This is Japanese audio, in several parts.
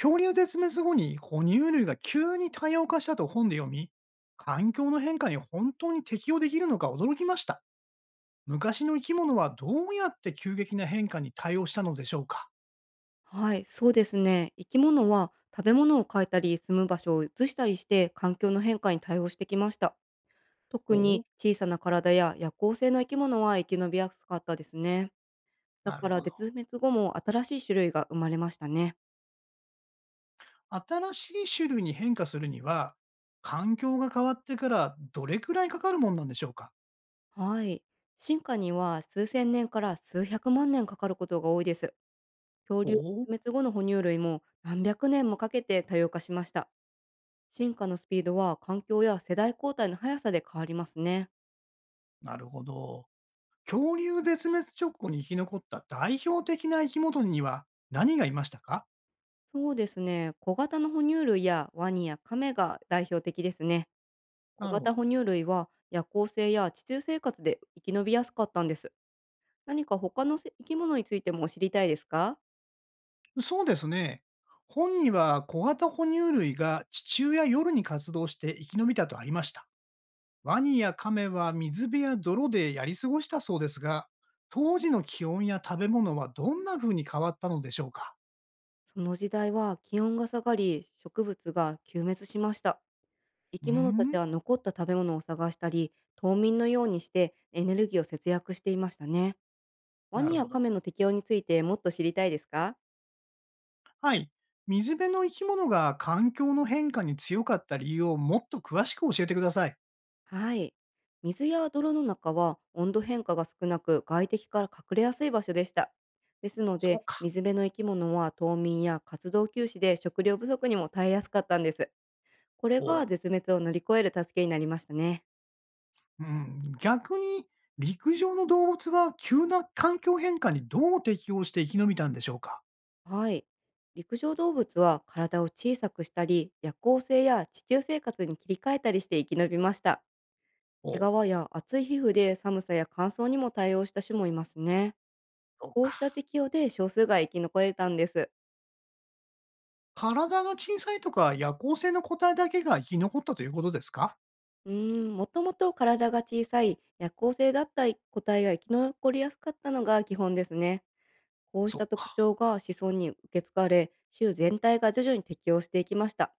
恐竜絶滅後に哺乳類が急に多様化したと本で読み、環境の変化に本当に適応できるのか驚きました。昔の生き物はどうやって急激な変化に対応したのでしょうか。はい、そうですね。生き物は食べ物を変えたり、住む場所を移したりして、環境の変化に対応してきました。お特にお、小さな体や夜行性の生き物は生き延びやすかったですね。だなるからほど。絶滅後も新しい種類が生まれましたね。新しい種類に変化するには、環境が変わってからどれくらいかかるもんなんでしょうか。はい。進化には数千年から数百万年かかることが多いです。恐お竜絶お、滅後の哺乳類も何百年もかけて多様化しました。進化のスピードは環境や世代交代の速さで変わりますね。なるほど。恐竜絶滅直後に生き残った代表的な生き物には何がいましたか。そうですね。小型の哺乳類やワニやカメが代表的ですね。小なるほ型ど。哺乳類は夜行性や地中生活で生き延びやすかったんです。何か他の生き物についても知りたいですか？そうですね。本には小型哺乳類が地中や夜に活動して生き延びたとありました。ワニやカメは水辺や泥でやり過ごしたそうですが、当時の気温や食べ物はどんな風に変わったのでしょうか。その時代は気温が下がり、植物が休滅しました。生うーき物たん、ちは残った食べ物を探したり、冬眠のようにしてエネルギーを節約していましたね。ワなニるやほど。カメの適応についてもっと知りたいですか？はい。水辺の生き物が環境の変化に強かった理由をもっと詳しく教えてください。はい。水や泥の中は温度変化が少なく、外敵から隠れやすい場所でした。ですのそうで、か。水辺の生き物は冬眠や活動休止で食料不足にも耐えやすかったんです。これほがう。絶滅を乗り越える助けになりましたね。うん、逆に陸上の動物は急な環境変化にどう適応して生き延びたんでしょうか。はい。陸上動物は体を小さくしたり、夜行性や地中生活に切り替えたりして生き延びました。お毛う、皮や厚い皮膚で寒さや乾燥にも対応した種もいますね。そうこうしたか。適応で少数が生き残れたんです。体が小さいとか夜行性の個体だけが生き残ったということですか？うーん、もともと体が小さい夜行性だった個体が生き残りやすかったのが基本ですね。こうしそった特か、徴が子孫に受け継がれ、種全体が徐々に適応していきました。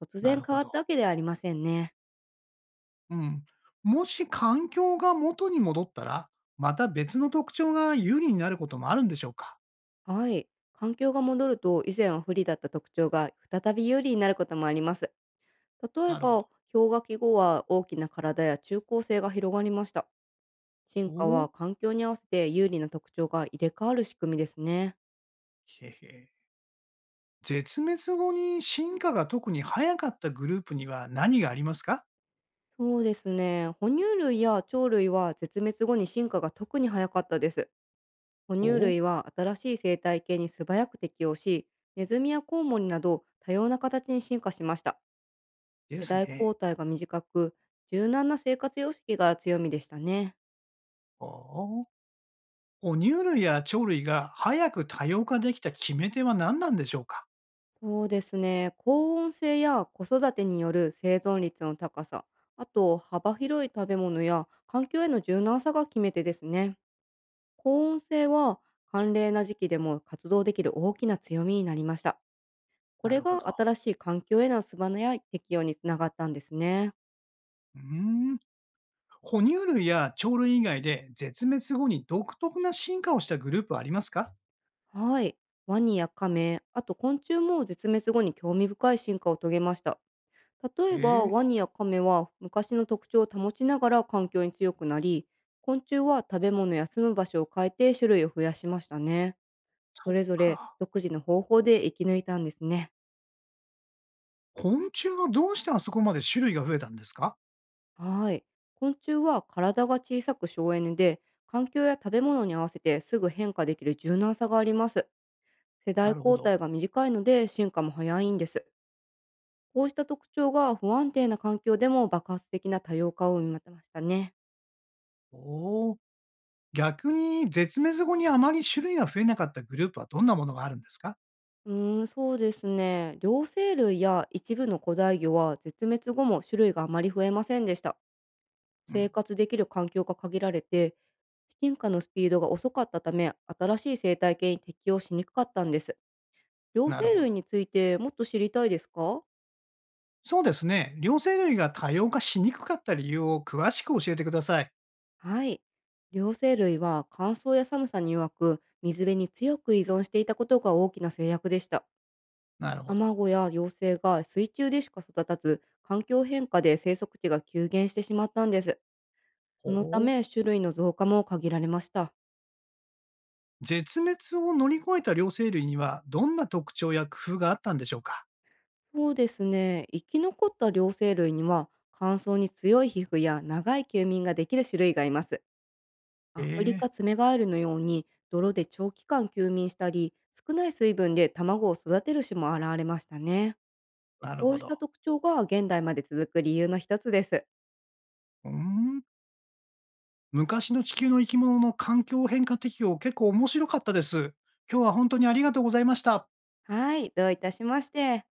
突な然る変ほわっど。たわけではありませんね。うん。もし環境が元に戻ったら、また別の特徴が有利になることもあるんでしょうか？はい。環境が戻ると、以前は不利だった特徴が再び有利になることもあります。例えなるほば、ど。氷河期後は大きな体や中高性が広がりました。お進化お、は環境に合わせて有利な特徴が入れ替わる仕組みですね。へへ。絶滅後に進化が特に早かったグループには何がありますか？そうですね。哺乳類や鳥類は絶滅後に進化が特に早かったです。哺お乳お、類は新しい生態系に素早く適応し、ネズミやコウモリなど多様な形に進化しました。で世す代ね。交代が短く、柔軟な生活様式が強みでしたね。おお。哺乳類や鳥類が早く多様化できた決め手は何なんでしょうか？そうですね。高温性や子育てによる生存率の高さ、あと幅広い食べ物や環境への柔軟さが決め手ですね。高音性は寒冷な時期でも活動できる大きな強みになりました。こなれるほど。が新しい環境への素早い適応につながったんですね。うーん。哺乳類や鳥類以外で絶滅後に独特な進化をしたグループはありますか。はい。ワニやカメ、あと昆虫も絶滅後に興味深い進化を遂げました。例ええば、え、ワニやカメは昔の特徴を保ちながら環境に強くなり、昆虫は食べ物や住む場所を変えて種類を増やしましたね。そそっれぞれか。独自の方法で生き抜いたんですね。昆虫はどうしてあそこまで種類が増えたんですか。はい。昆虫は体が小さく省エネで、環境や食べ物に合わせてすぐ変化できる柔軟さがあります。世な代るほ交ど。代が短いので進化も早いんです。こうした特徴が不安定な環境でも爆発的な多様化を生み出しましたね。おお。逆に絶滅後にあまり種類が増えなかったグループはどんなものがあるんですか。うーん、そうですね。両生類や一部の古代魚は絶滅後も種類があまり増えませんでした。う生ん。活できる環境が限られて、進化のスピードが遅かったため、新しい生態系に適応しにくかったんです。両なる生ほ類ど。についてもっと知りたいですか？そうですね。両生類が多様化しにくかった理由を詳しく教えてください。はい。両生類は乾燥や寒さに弱く、水辺に強く依存していたことが大きな制約でした。なるほど。卵や幼生が水中でしか育たず、環境変化で生息地が急減してしまったんです。ほそのたお。め、種類の増加も限られました。絶滅を乗り越えた両生類にはどんな特徴や工夫があったんでしょうか。そうですね。生き残った両生類には、乾燥に強い皮膚や長い休眠ができる種類がいます。アフリえカえ、ツメガエルのように泥で長期間休眠したり、少ない水分で卵を育てる種も現れましたね。なるこほうしど。た特徴が現代まで続く理由の一つです。うーん。昔の地球の生き物の環境変化適応、結構面白かったです。今日は本当にありがとうございました。はい、どういたしまして。